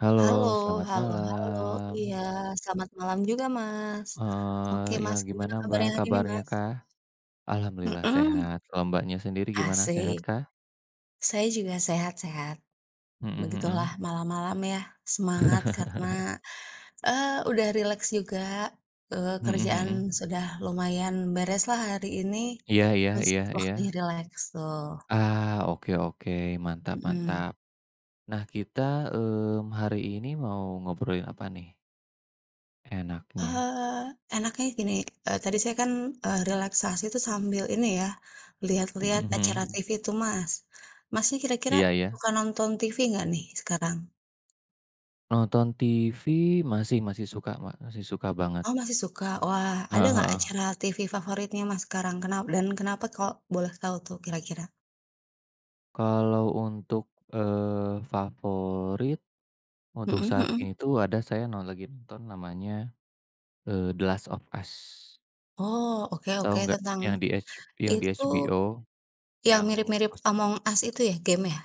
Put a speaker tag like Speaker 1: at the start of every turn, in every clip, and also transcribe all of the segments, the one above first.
Speaker 1: Halo,
Speaker 2: Halo
Speaker 1: selamat
Speaker 2: halo halo,
Speaker 1: malam.
Speaker 2: iya, selamat malam juga, Mas. Oke,
Speaker 1: Ya
Speaker 2: Mas, gimana
Speaker 1: gimana Mbak
Speaker 2: kabarnya hari ini,
Speaker 1: kabarnya,
Speaker 2: Mas?
Speaker 1: Kak? Alhamdulillah
Speaker 2: Mhm,
Speaker 1: sehat. Kalau Mbaknya sendiri gimana, sehat
Speaker 2: asik.
Speaker 1: kah?
Speaker 2: Saya juga sehat-sehat.
Speaker 1: Mhm
Speaker 2: Begitulah
Speaker 1: mhm.
Speaker 2: malam-malam ya, semangat karena, udah rileks juga,
Speaker 1: Mhm
Speaker 2: kerjaan
Speaker 1: mhm.
Speaker 2: sudah lumayan beres lah hari ini,
Speaker 1: Iya iya
Speaker 2: terus
Speaker 1: iya iya.
Speaker 2: waktunya rileks tuh,
Speaker 1: Ah, oke oke, mantap
Speaker 2: mhm.
Speaker 1: mantap. Nah kita, hari ini mau ngobrolin apa nih enaknya?
Speaker 2: Enaknya gini, tadi saya kan, relaksasi itu sambil ini ya, lihat-lihat acara
Speaker 1: Mhm.
Speaker 2: TV tuh, Mas. Masnya kira-kira
Speaker 1: Iya iya.
Speaker 2: suka nonton TV nggak nih sekarang?
Speaker 1: Nonton TV masih masih suka, Mbak, masih suka banget.
Speaker 2: Oh, masih suka? Wah, ada nggak
Speaker 1: Heeh.
Speaker 2: acara TV favoritnya Mas sekarang? Kenapa kalau boleh tahu tuh kira-kira?
Speaker 1: Kalau untuk, favorit.
Speaker 2: Mhm
Speaker 1: Untuk saat ini
Speaker 2: mhm.
Speaker 1: tuh ada saya no lagi nonton namanya, The Last of Us,
Speaker 2: Oh, oke
Speaker 1: tahu
Speaker 2: oke,
Speaker 1: nggak?
Speaker 2: tentang
Speaker 1: Yang di
Speaker 2: itu
Speaker 1: HBO,
Speaker 2: yang
Speaker 1: yang
Speaker 2: mirip-mirip
Speaker 1: pas
Speaker 2: Among Us itu ya, game ya?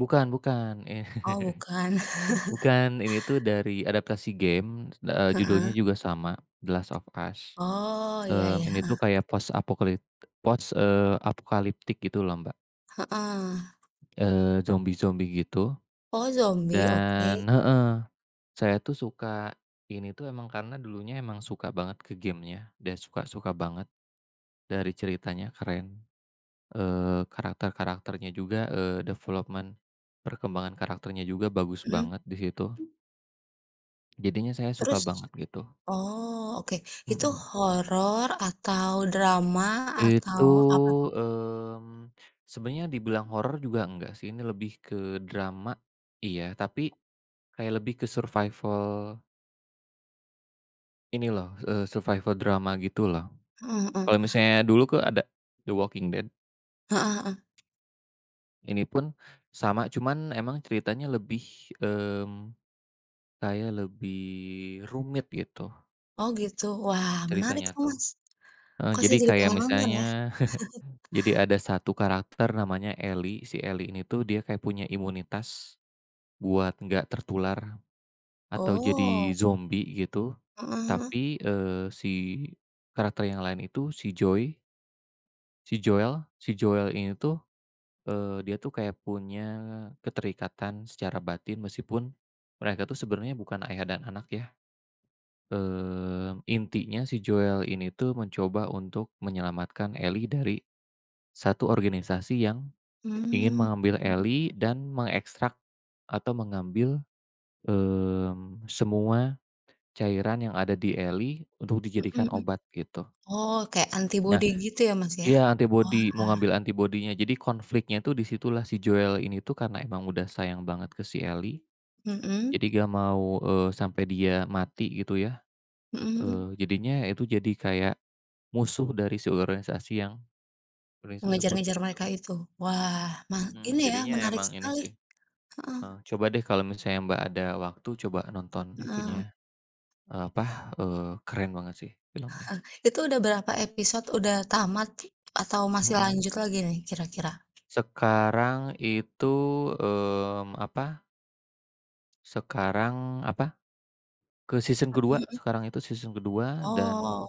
Speaker 1: bukan bukan, eh,
Speaker 2: Oh, bukan.
Speaker 1: bukan, ini tuh dari adaptasi game, judulnya
Speaker 2: Heeh.
Speaker 1: juga sama, The Last of Us.
Speaker 2: Oh, iya iya,
Speaker 1: Ini tuh
Speaker 2: heeh,
Speaker 1: kayak post apokaliptik gitu loh, Mbak,
Speaker 2: heeh.
Speaker 1: zombie-zombie gitu
Speaker 2: Oh, zombie, oke,
Speaker 1: dan, heeh, saya tuh suka. Ini tuh emang karena dulunya emang suka banget ke gamenya dan suka suka banget. Dari ceritanya keren, karakter-karakternya juga, eee, development perkembangan karakternya juga bagus
Speaker 2: mhm.
Speaker 1: banget di situ. Jadinya saya suka
Speaker 2: Terus
Speaker 1: banget gitu,
Speaker 2: oh, oke. Itu
Speaker 1: mhm.
Speaker 2: horor atau drama atau
Speaker 1: Itu,
Speaker 2: apa tuh?
Speaker 1: mmm, sebenarnya dibilang horor juga enggak sih, ini lebih ke drama, iya, tapi kayak lebih ke survival ini loh, survival drama gitu loh.
Speaker 2: Mhm mhm.
Speaker 1: Kalau misalnya dulu ke ada The Walking Dead,
Speaker 2: Heeh heeh.
Speaker 1: ini pun sama, cuman emang ceritanya lebih, mmm kayak lebih rumit gitu,
Speaker 2: Oh, gitu. Wah,
Speaker 1: si
Speaker 2: menarik
Speaker 1: ceritanya
Speaker 2: tuh,
Speaker 1: tuh.
Speaker 2: Mas.
Speaker 1: Heeh,
Speaker 2: Kok saya
Speaker 1: jadi
Speaker 2: jadi
Speaker 1: kayak
Speaker 2: pengen nonton
Speaker 1: misalnya
Speaker 2: ya?
Speaker 1: jadi ada satu karakter namanya Ellie, si Ellie ini tuh dia kayak punya imunitas buat nggak tertular atau
Speaker 2: Oh,
Speaker 1: jadi zombie gitu.
Speaker 2: heeh heeh.
Speaker 1: Tapi, si karakter yang lain itu si Joel ini tuh, dia tuh kayak punya keterikatan secara batin meskipun mereka tuh sebenarnya bukan ayah dan anak ya. Intinya si Joel ini tuh mencoba untuk menyelamatkan Ellie dari satu organisasi yang ingin
Speaker 2: Mmm,
Speaker 1: mengambil Ellie dan mengekstrak atau mengambil, semua cairan yang ada di Ellie untuk
Speaker 2: mhm
Speaker 1: dijadikan
Speaker 2: mhm.
Speaker 1: obat gitu.
Speaker 2: Oh, kayak
Speaker 1: Nah
Speaker 2: antibodi gitu ya, Mas, ya?
Speaker 1: iya, antibody
Speaker 2: Wah,
Speaker 1: mau ngambil antibodinya. Jadi konfliknya tuh disitulah si Joel ini tuh karena emang udah sayang banget ke si Ellie,
Speaker 2: mhm,
Speaker 1: jadi gak mau, sampai dia mati gitu ya,
Speaker 2: mhm mhm.
Speaker 1: jadinya itu jadi kayak musuh dari si organisasi yang branding tersebut
Speaker 2: Mengejar-ngejar
Speaker 1: gitu,
Speaker 2: mereka itu. Wah, ma ini
Speaker 1: mhm,
Speaker 2: ya
Speaker 1: jadinya
Speaker 2: menarik
Speaker 1: emang ini
Speaker 2: sekali.
Speaker 1: sih,
Speaker 2: Heeh
Speaker 1: coba deh kalau misalnya Mbak ada waktu coba nonton
Speaker 2: heeh.
Speaker 1: itunya, keren banget sih filmnya,
Speaker 2: Itu udah berapa episode? Udah tamat atau masih
Speaker 1: mhm.
Speaker 2: lanjut lagi nih kira-kira?
Speaker 1: Sekarang itu, mmm, apa, sekarang ke season kedua.
Speaker 2: Mhm.
Speaker 1: Sekarang itu season kedua
Speaker 2: Oh,
Speaker 1: dan,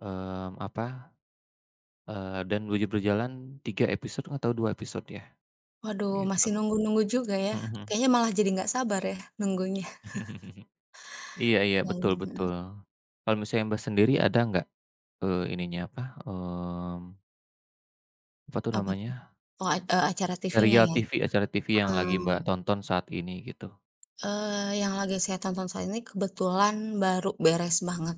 Speaker 1: mmm, apa, eee, dan berjalan 3 episode atau 2 episode ya
Speaker 2: waduh
Speaker 1: gitu,
Speaker 2: masih nunggu-nunggu juga ya.
Speaker 1: mhm mhm.
Speaker 2: Kayaknya malah jadi nggak sabar ya nunggunya.
Speaker 1: Iya iya,
Speaker 2: Yang
Speaker 1: betul
Speaker 2: heeh,
Speaker 1: betul. Kalau misalnya Mbak sendiri ada nggak, ininya apa, mmm, apa tuh
Speaker 2: apa tuh?
Speaker 1: namanya,
Speaker 2: Oh, acara TV-nya
Speaker 1: serial
Speaker 2: ya?
Speaker 1: TV, acara TV yang lagi
Speaker 2: Heeh.
Speaker 1: Mbak tonton saat ini gitu?
Speaker 2: Yang lagi saya tonton saat ini kebetulan baru beres banget.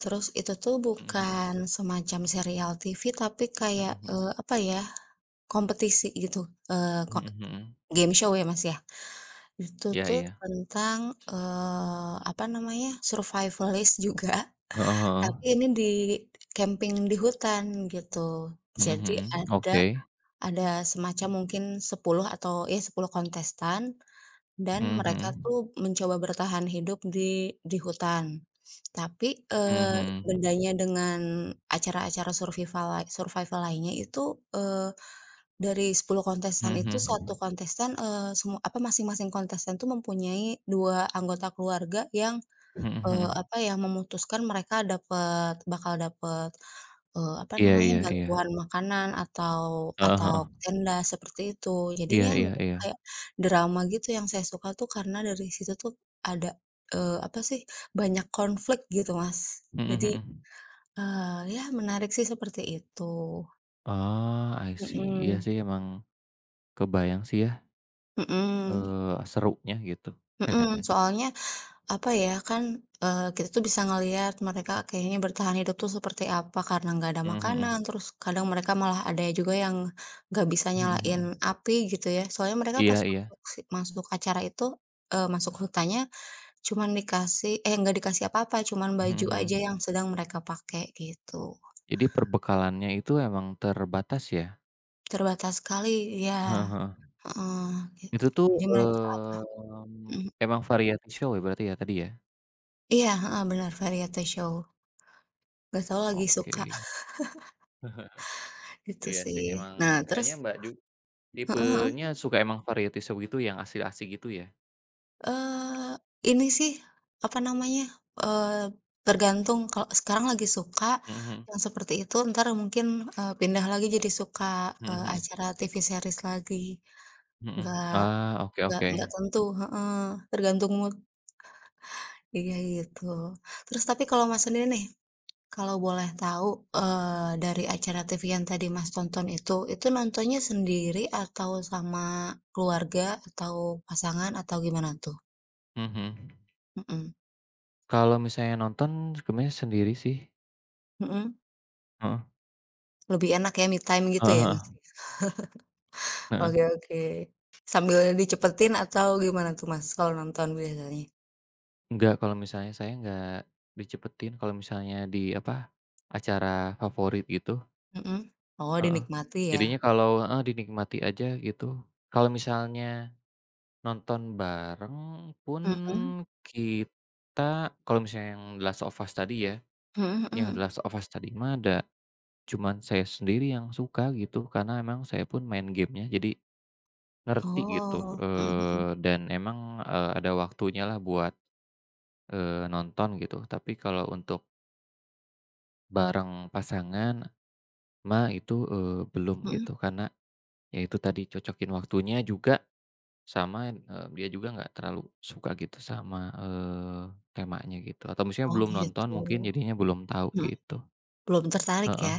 Speaker 2: Terus itu tuh
Speaker 1: Mhm mhm.
Speaker 2: bukan semacam serial TV tapi
Speaker 1: Mhm
Speaker 2: kayak,
Speaker 1: mhm.
Speaker 2: apa ya, kompetisi gitu, eee, ko
Speaker 1: Mhm mhm.
Speaker 2: game show ya, Mas, ya. Itu
Speaker 1: Iya
Speaker 2: tuh
Speaker 1: iya.
Speaker 2: tentang, apa namanya, survivalist juga.
Speaker 1: Heeh heeh.
Speaker 2: Tapi ini di camping di hutan gitu.
Speaker 1: Mhm
Speaker 2: Jadi
Speaker 1: mhm. Oke.
Speaker 2: ada semacam mungkin 10 atau ya 10 kontestan dan
Speaker 1: Mhm mhm.
Speaker 2: mereka tuh mencoba bertahan hidup di hutan. Tapi,
Speaker 1: Mhm mhm.
Speaker 2: bedanya dengan acara-acara survival lainnya itu, dari 10 kontestan
Speaker 1: Mhm
Speaker 2: itu satu
Speaker 1: mhm.
Speaker 2: kontestan, eee, semu apa masing-masing kontestan tuh mempunyai 2 anggota keluarga yang
Speaker 1: Mhm mhm.
Speaker 2: Apa ya, memutuskan mereka bakal dapet, apa
Speaker 1: Iya
Speaker 2: namanya,
Speaker 1: iya iya.
Speaker 2: bantuan makanan atau
Speaker 1: Heeh
Speaker 2: atau
Speaker 1: heeh.
Speaker 2: tenda seperti itu. Jadi
Speaker 1: Iya
Speaker 2: ya
Speaker 1: iya
Speaker 2: mereka
Speaker 1: iya.
Speaker 2: kayak drama gitu yang saya suka tuh karena dari situ tuh ada, apa sih, banyak konflik gitu, Mas.
Speaker 1: Mhm
Speaker 2: Jadi,
Speaker 1: mhm.
Speaker 2: eee, ya menarik sih seperti itu.
Speaker 1: Oh, I see. Iya
Speaker 2: Mhm,
Speaker 1: sih emang kebayang sih ya,
Speaker 2: mhm,
Speaker 1: serunya gitu.
Speaker 2: mhm, soalnya apa ya, kan, kita tuh bisa ngelihat mereka kayaknya bertahan hidup tuh seperti apa, karena nggak ada
Speaker 1: Mhm
Speaker 2: makanan,
Speaker 1: mhm.
Speaker 2: terus kadang mereka malah ada juga yang nggak bisa
Speaker 1: Mhm
Speaker 2: nyalain
Speaker 1: mhm.
Speaker 2: api gitu ya. Soalnya mereka pas
Speaker 1: Iya iya.
Speaker 2: masuk acara itu, masuk hutannya cuman dikasih eh, nggak dikasih apa-apa, cuman
Speaker 1: Mhm
Speaker 2: baju aja
Speaker 1: mhm.
Speaker 2: yang sedang mereka pakai gitu.
Speaker 1: Jadi perbekalannya itu emang terbatas ya?
Speaker 2: Terbatas sekali, ya
Speaker 1: Heeh heeh.
Speaker 2: heeh, git
Speaker 1: Itu tuh,
Speaker 2: jadi mereka apa mhm,
Speaker 1: emang variety show ya berarti ya tadi ya?
Speaker 2: iya, heeh, bener variety show, nggak tahu lagi
Speaker 1: Oke.
Speaker 2: suka gitu
Speaker 1: Iya
Speaker 2: sih.
Speaker 1: sih emang
Speaker 2: Nah
Speaker 1: kayaknya
Speaker 2: terus
Speaker 1: Mbak ju tipenya suka emang variety show gitu yang asik-asik gitu ya?
Speaker 2: Eee, ini sih, apa namanya, eee, tergantung kalau sekarang lagi suka
Speaker 1: Mhm mhm.
Speaker 2: yang seperti itu, entar mungkin, pindah lagi jadi suka,
Speaker 1: Mhm mhm.
Speaker 2: acara TV series lagi.
Speaker 1: Mhm.
Speaker 2: Nggak
Speaker 1: Ah, oke oke.
Speaker 2: nggak tentu heeh, tergantung mood. Iya, gitu. Terus tapi kalau Mas sendiri nih, kalau boleh tahu, dari acara TV yang tadi Mas tonton itu nontonnya sendiri atau sama keluarga atau pasangan atau gimana tuh?
Speaker 1: Mhm mhm.
Speaker 2: Mhm,
Speaker 1: Kalau misalnya nonton, sebenarnya sendiri sih.
Speaker 2: mhm.
Speaker 1: Heeh.
Speaker 2: Lebih enak ya me time gitu
Speaker 1: Heeh
Speaker 2: ya, Mas?
Speaker 1: heeh. Heeh.
Speaker 2: Oke oke. Sambil dicepetin atau gimana tuh, Mas, kalau nonton biasanya?
Speaker 1: Enggak, kalau misalnya saya nggak dicepetin, kalau misalnya di apa, acara favorit gitu,
Speaker 2: Mhm. Oh,
Speaker 1: heeh.
Speaker 2: dinikmati ya?
Speaker 1: Jadinya kalau, heeh, dinikmati aja gitu. Kalau misalnya nonton bareng pun
Speaker 2: Mhm.
Speaker 1: kita kalau misalnya
Speaker 2: Mhm
Speaker 1: yang The
Speaker 2: mhm.
Speaker 1: Last of Us tadi mah ada cuman saya sendiri yang suka gitu, karena emang saya pun main gamenya jadi ngerti gitu,
Speaker 2: Oh. Mhm mhm.
Speaker 1: dan emang, ada waktunya lah buat, nonton gitu. Tapi kalau untuk bareng pasangan mah itu, belum
Speaker 2: Mhm.
Speaker 1: gitu karena ya itu tadi cocokin waktunya juga sama, dia juga nggak terlalu suka gitu sama, temanya gitu atau misalnya
Speaker 2: Oh,
Speaker 1: belum nonton
Speaker 2: gitu.
Speaker 1: mungkin jadinya belum tahu
Speaker 2: Mhm.
Speaker 1: gitu.
Speaker 2: Belum tertarik
Speaker 1: Heeh
Speaker 2: ya?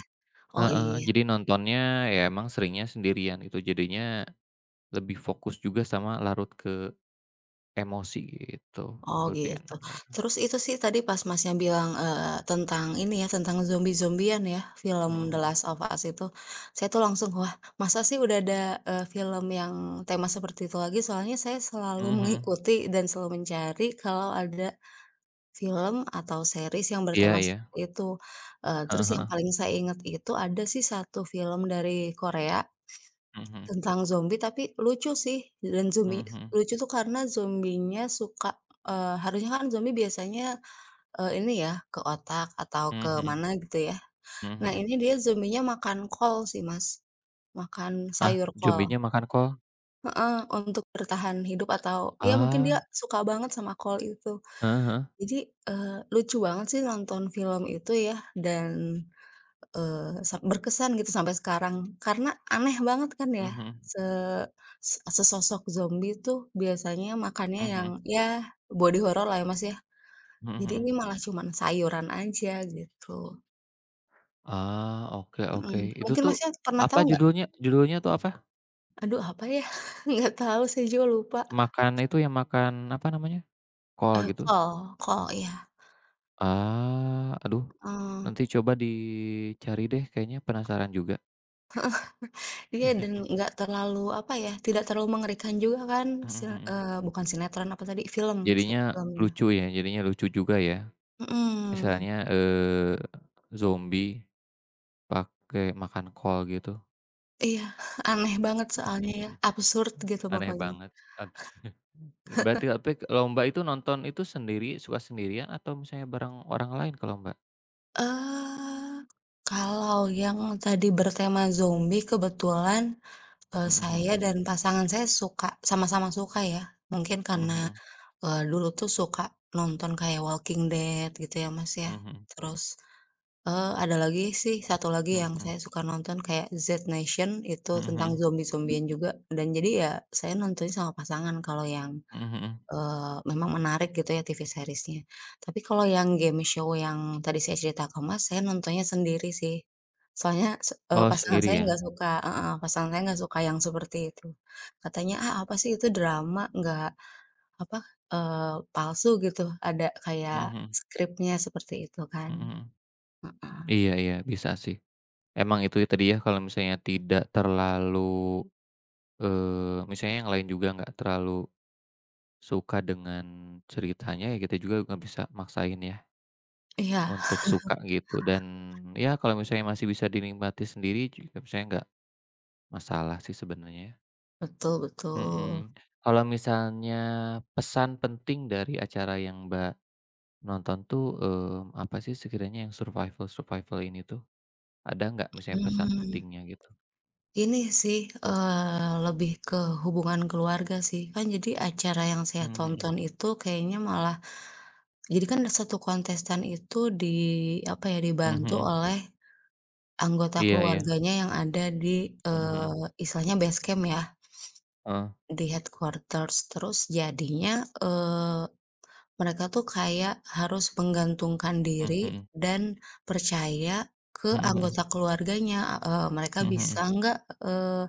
Speaker 2: Oh,
Speaker 1: heeh,
Speaker 2: iya.
Speaker 1: jadi nontonnya ya emang seringnya sendirian gitu jadinya lebih fokus juga sama larut ke emosi gitu,
Speaker 2: Oh
Speaker 1: lebih
Speaker 2: gitu.
Speaker 1: enaknya itu.
Speaker 2: Terus itu sih tadi pas Masnya bilang, tentang ini ya, tentang zombie-zombian ya,
Speaker 1: Mhm
Speaker 2: film The
Speaker 1: mhm.
Speaker 2: Last of Us itu, saya tuh langsung, wah masa sih udah ada, film yang tema seperti itu lagi? Soalnya saya
Speaker 1: Mhm
Speaker 2: selalu
Speaker 1: mhm.
Speaker 2: mengikuti dan selalu mencari kalau ada film atau series yang
Speaker 1: Iya
Speaker 2: bertema
Speaker 1: iya.
Speaker 2: seperti itu. Terus yang
Speaker 1: Heeh.
Speaker 2: paling saya ingat itu ada sih satu film dari Korea
Speaker 1: Mhm mhm.
Speaker 2: tentang zombie tapi lucu sih dan
Speaker 1: Mhm
Speaker 2: zombie
Speaker 1: mhm.
Speaker 2: lucu tuh karena zombinya suka harusnya kan zombie biasanya, ini ya ke otak atau
Speaker 1: Mhm
Speaker 2: ke
Speaker 1: mhm.
Speaker 2: mana gitu ya.
Speaker 1: Mhm
Speaker 2: Nah
Speaker 1: mhm.
Speaker 2: ini dia zombinya makan kol sih Mas, makan
Speaker 1: Ah,
Speaker 2: sayur kol,
Speaker 1: zombinya makan kol?
Speaker 2: untuk bertahan hidup atau ya mungkin dia
Speaker 1: Ah,
Speaker 2: suka banget sama kol itu.
Speaker 1: heeh heeh.
Speaker 2: Jadi, lucu banget sih nonton film itu ya dan Eee, sa berkesan gitu sampai sekarang, karena aneh banget kan ya,
Speaker 1: Mhm
Speaker 2: se se sesosok zombie tuh biasanya makannya
Speaker 1: mhm
Speaker 2: yang
Speaker 1: mhm
Speaker 2: ya body horor lah ya, Mas, ya.
Speaker 1: mhm
Speaker 2: Jadi ini
Speaker 1: mhm.
Speaker 2: malah cuman sayuran aja gitu,
Speaker 1: Ah, oke oke.
Speaker 2: mhm.
Speaker 1: Itu
Speaker 2: Mungkin,
Speaker 1: tuh
Speaker 2: Masnya, pernah
Speaker 1: apa
Speaker 2: tahu nggak?
Speaker 1: judulnya, judulnya tuh apa?
Speaker 2: Aduh apa ya? Nggak tahu saya juga lupa,
Speaker 1: Makan itu yang makan apa namanya? Kol
Speaker 2: eee,
Speaker 1: gitu?
Speaker 2: kol kol iya,
Speaker 1: Ah, aduh,
Speaker 2: eee,
Speaker 1: nanti coba dicari deh kayaknya penasaran juga.
Speaker 2: iya dan nggak terlalu apa ya, tidak terlalu mengerikan juga kan,
Speaker 1: Mhm mhm.
Speaker 2: bukan sinetron apa tadi, film, se
Speaker 1: Jadinya
Speaker 2: filmnya,
Speaker 1: lucu ya, jadinya lucu juga ya.
Speaker 2: mhm.
Speaker 1: Misalnya, zombie pakai makan kol gitu,
Speaker 2: Iya, aneh banget soalnya ya, absurd gitu
Speaker 1: aneh
Speaker 2: pokoknya.
Speaker 1: banget, abs Berarti tapi lomba itu nonton itu sendiri, suka sendirian atau misalnya bareng orang lain kalau Mbak?
Speaker 2: Eee, Kalau yang tadi bertema zombie kebetulan, eee,
Speaker 1: Mhm
Speaker 2: saya
Speaker 1: mhm.
Speaker 2: dan pasangan saya suka sama-sama suka ya, mungkin karena,
Speaker 1: Mhm
Speaker 2: dulu tuh suka nonton kayak Walking Dead gitu ya, Mas, ya.
Speaker 1: mhm.
Speaker 2: Terus, ada lagi sih satu lagi
Speaker 1: Mhm
Speaker 2: yang
Speaker 1: mhm.
Speaker 2: saya suka nonton kayak Z Nation itu
Speaker 1: Mhm mhm. Mhm
Speaker 2: tentang
Speaker 1: mhm.
Speaker 2: zombie-zombian juga dan jadi ya saya nontonnya sama pasangan kalau yang
Speaker 1: Mhm mhm.
Speaker 2: memang menarik gitu ya TV series-nya. Tapi kalau yang game show yang tadi saya cerita ke Mas, saya nontonnya sendiri sih. Soalnya se eee,
Speaker 1: Oh
Speaker 2: pasangan
Speaker 1: sendiri
Speaker 2: saya
Speaker 1: ya?
Speaker 2: nggak suka heeh, pasangan saya nggak suka yang seperti itu. Katanya, "Ah, apa sih itu drama nggak apa, palsu gitu, ada kayak
Speaker 1: Mhm mhm.
Speaker 2: skripnya," seperti itu kan.
Speaker 1: Mhm mhm. Iya iya bisa sih. Emang itu ya tadi ya kalau misalnya tidak terlalu, misalnya yang lain juga nggak terlalu suka dengan ceritanya, ya kita juga nggak bisa maksain ya
Speaker 2: Iya,
Speaker 1: untuk suka gitu, dan ya kalau misalnya masih bisa dinikmati sendiri juga misalnya nggak masalah sih sebenarnya.
Speaker 2: betul betul.
Speaker 1: Mhm. Kalau misalnya pesan penting dari acara yang Mbak nonton tuh, apa sih sekiranya yang survival-survival ini tuh? Ada nggak misalnya pesan
Speaker 2: Mhm.
Speaker 1: pentingnya gitu?
Speaker 2: Ini sih, lebih ke hubungan keluarga sih. Kan jadi acara yang saya
Speaker 1: Mmm, mhm.
Speaker 2: tonton itu kayaknya malah jadi kan satu kontestan itu di apa ya,
Speaker 1: Mhm
Speaker 2: dibantu
Speaker 1: mhm.
Speaker 2: oleh anggota
Speaker 1: Iya iya.
Speaker 2: keluarganya yang ada di,
Speaker 1: Mhm mhm.
Speaker 2: istilahnya base camp ya,
Speaker 1: Heeh.
Speaker 2: di headquarters. Terus jadinya, eee, mereka tuh kayak harus menggantungkan
Speaker 1: Mmm,
Speaker 2: diri
Speaker 1: mhm.
Speaker 2: dan percaya ke
Speaker 1: Mhm mhm.
Speaker 2: anggota keluarganya, mereka
Speaker 1: Mhm
Speaker 2: bisa
Speaker 1: mhm.
Speaker 2: nggak, eee,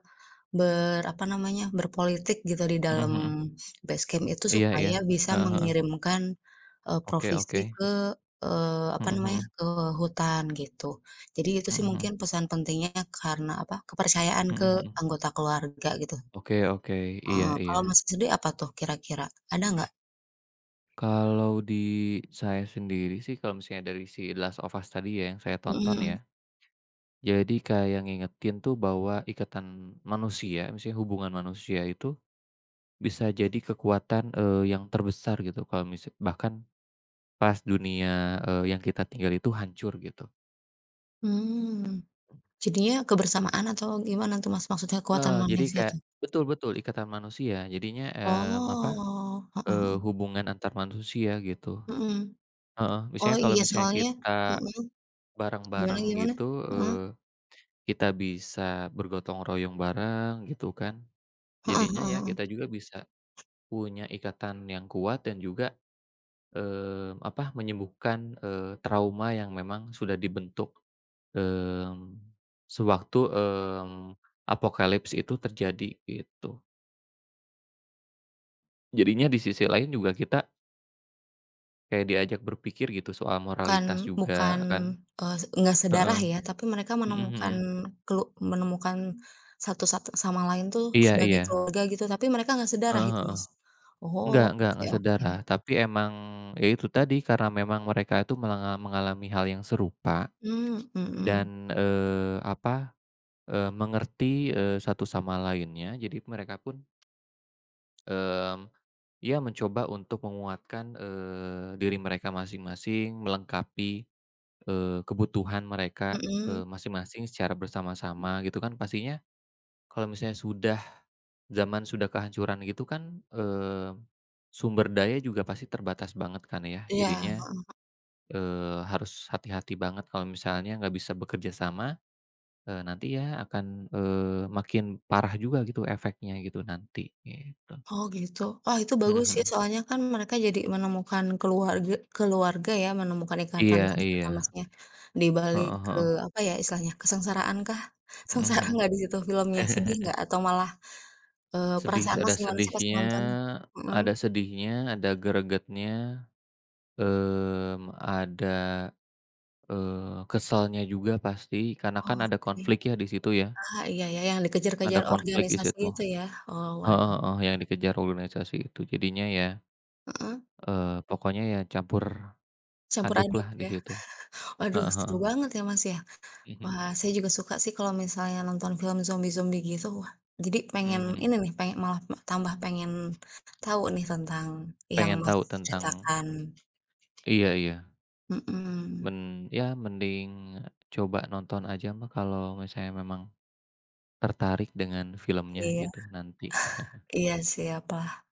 Speaker 2: ber apa namanya, berpolitik gitu di
Speaker 1: Mhm
Speaker 2: dalam
Speaker 1: mhm.
Speaker 2: base camp itu
Speaker 1: Iya iya.
Speaker 2: supaya bisa
Speaker 1: Heeh heeh.
Speaker 2: mengirimkan,
Speaker 1: Oke
Speaker 2: provisi
Speaker 1: oke.
Speaker 2: ke apa
Speaker 1: Mhm
Speaker 2: namanya,
Speaker 1: mhm.
Speaker 2: ke hutan gitu. Jadi itu
Speaker 1: Mhm
Speaker 2: sih
Speaker 1: mhm.
Speaker 2: mungkin pesan pentingnya karena apa, kepercayaan
Speaker 1: Mhm
Speaker 2: ke
Speaker 1: mhm.
Speaker 2: anggota keluarga gitu.
Speaker 1: Oke oke. Iya
Speaker 2: Heeh,
Speaker 1: iya.
Speaker 2: kalau Masnya sendiri apa tuh kira-kira, ada nggak?
Speaker 1: Kalau di saya sendiri sih kalau misalnya dari si Last of Us tadi ya yang saya
Speaker 2: Mhm
Speaker 1: tonton, ya,
Speaker 2: mhm.
Speaker 1: jadi kayak ngingetin tuh bahwa ikatan manusia, misalnya hubungan manusia itu bisa jadi kekuatan, yang terbesar gitu kalau misal bahkan pas dunia, yang kita tinggal itu hancur gitu.
Speaker 2: Mmm, jadinya kebersamaan atau gimana tuh Mas, maksudnya kekuatan
Speaker 1: Heeh, jadi
Speaker 2: manusia
Speaker 1: kayak
Speaker 2: tuh?
Speaker 1: betul betul ikatan manusia jadinya,
Speaker 2: Oh, heeh heeh,
Speaker 1: hubungan antar manusia gitu.
Speaker 2: mhm.
Speaker 1: Heeh,
Speaker 2: Oh
Speaker 1: misalnya kalau
Speaker 2: iya
Speaker 1: misalnya
Speaker 2: soalnya
Speaker 1: kita
Speaker 2: mhm, gimana
Speaker 1: bareng-bareng
Speaker 2: gimana?
Speaker 1: gitu,
Speaker 2: Heeh,
Speaker 1: kita bisa bergotong royong bareng gitu kan,
Speaker 2: heeh
Speaker 1: jadinya
Speaker 2: heeh
Speaker 1: ya
Speaker 2: heeh.
Speaker 1: kita juga bisa punya ikatan yang kuat dan juga, menyembuhkan, trauma yang memang sudah dibentuk, mmm, sewaktu, apokalips itu terjadi, gitu. Jadinya di sisi lain juga kita kayak diajak berpikir gitu soal
Speaker 2: Bukan
Speaker 1: moralitas
Speaker 2: bukan,
Speaker 1: juga kan.
Speaker 2: eee, Enggak sedarah
Speaker 1: Heeh.
Speaker 2: ya, tapi mereka
Speaker 1: Mhm
Speaker 2: menemukan
Speaker 1: mhm.
Speaker 2: kelu menemukan satu satu sama lain tuh
Speaker 1: Iya
Speaker 2: sebagai
Speaker 1: iya.
Speaker 2: keluarga gitu, tapi mereka nggak sedarah
Speaker 1: Heeh
Speaker 2: itu,
Speaker 1: heeh.
Speaker 2: Mas. Oh, oke
Speaker 1: Enggak
Speaker 2: oke.
Speaker 1: sedara, tapi emang ya itu tadi karena memang mereka itu mengalami hal yang serupa
Speaker 2: Mmm, mhm
Speaker 1: dan, apa. Mengerti, satu sama lainnya. Jadi mereka pun, mmm, ya mencoba untuk menguatkan, diri mereka masing-masing, melengkapi, kebutuhan mereka,
Speaker 2: mhm.
Speaker 1: masing-masing secara bersama-sama gitu kan. Pastinya kalau misalnya sudah zaman sudah kehancuran gitu kan, sumber daya juga pasti terbatas banget kan ya.
Speaker 2: Iya.
Speaker 1: Jadinya, harus hati-hati banget kalau misalnya nggak bisa bekerja sama. Nanti ya akan, makin parah juga gitu efeknya gitu nanti, gitu.
Speaker 2: Oh gitu. Wah itu
Speaker 1: Mhm
Speaker 2: bagus sih,
Speaker 1: mhm.
Speaker 2: soalnya kan mereka jadi menemukan keluarga ya, menemukan ikatan
Speaker 1: Iya
Speaker 2: tadi kata
Speaker 1: iya.
Speaker 2: Masnya, di balik,
Speaker 1: Heeh heeh.
Speaker 2: apa ya istilahnya, kesengsaraan kah? Sengsara
Speaker 1: Mhm.
Speaker 2: nggak di situ filmnya? Sedih nggak? Atau malah
Speaker 1: Sedih,
Speaker 2: perasaan Mas
Speaker 1: ada
Speaker 2: gimana sih pas
Speaker 1: sedihnya,
Speaker 2: nonton? Mhm.
Speaker 1: ada sedihnya, ada gregetnya, mmm, ada, keselnya juga pasti karena kan
Speaker 2: Oh,
Speaker 1: ada
Speaker 2: oke.
Speaker 1: konflik ya di situ ya,
Speaker 2: Ah, iya ya, yang
Speaker 1: ada
Speaker 2: dikejar-kejar
Speaker 1: konflik di
Speaker 2: organisasi
Speaker 1: situ.
Speaker 2: itu ya? Oh,
Speaker 1: Heeh
Speaker 2: waduh.
Speaker 1: heeh, yang dikejar organisasi itu. Jadinya ya,
Speaker 2: Heeh.
Speaker 1: pokoknya ya campur
Speaker 2: Campur
Speaker 1: aduklah
Speaker 2: aduk
Speaker 1: di
Speaker 2: ya?
Speaker 1: situ.
Speaker 2: Waduh,
Speaker 1: Heeh
Speaker 2: seru
Speaker 1: heeh.
Speaker 2: banget ya, Mas, ya?
Speaker 1: Mhm
Speaker 2: Wah,
Speaker 1: mhm.
Speaker 2: saya juga suka sih kalau misalnya nonton film zombie-zombie gitu, wah, jadi pengen
Speaker 1: Mhm
Speaker 2: ini
Speaker 1: mhm.
Speaker 2: nih, pengen malah me tambah pengen tahu nih tentang yang
Speaker 1: Pengen
Speaker 2: Mas
Speaker 1: tahu tentang,
Speaker 2: ceritakan.
Speaker 1: iya iya,
Speaker 2: Mhm.
Speaker 1: ya mending coba nonton aja mah kalau misalnya memang tertarik dengan filmnya
Speaker 2: Iya.
Speaker 1: gitu nanti.
Speaker 2: Iya, siap, wah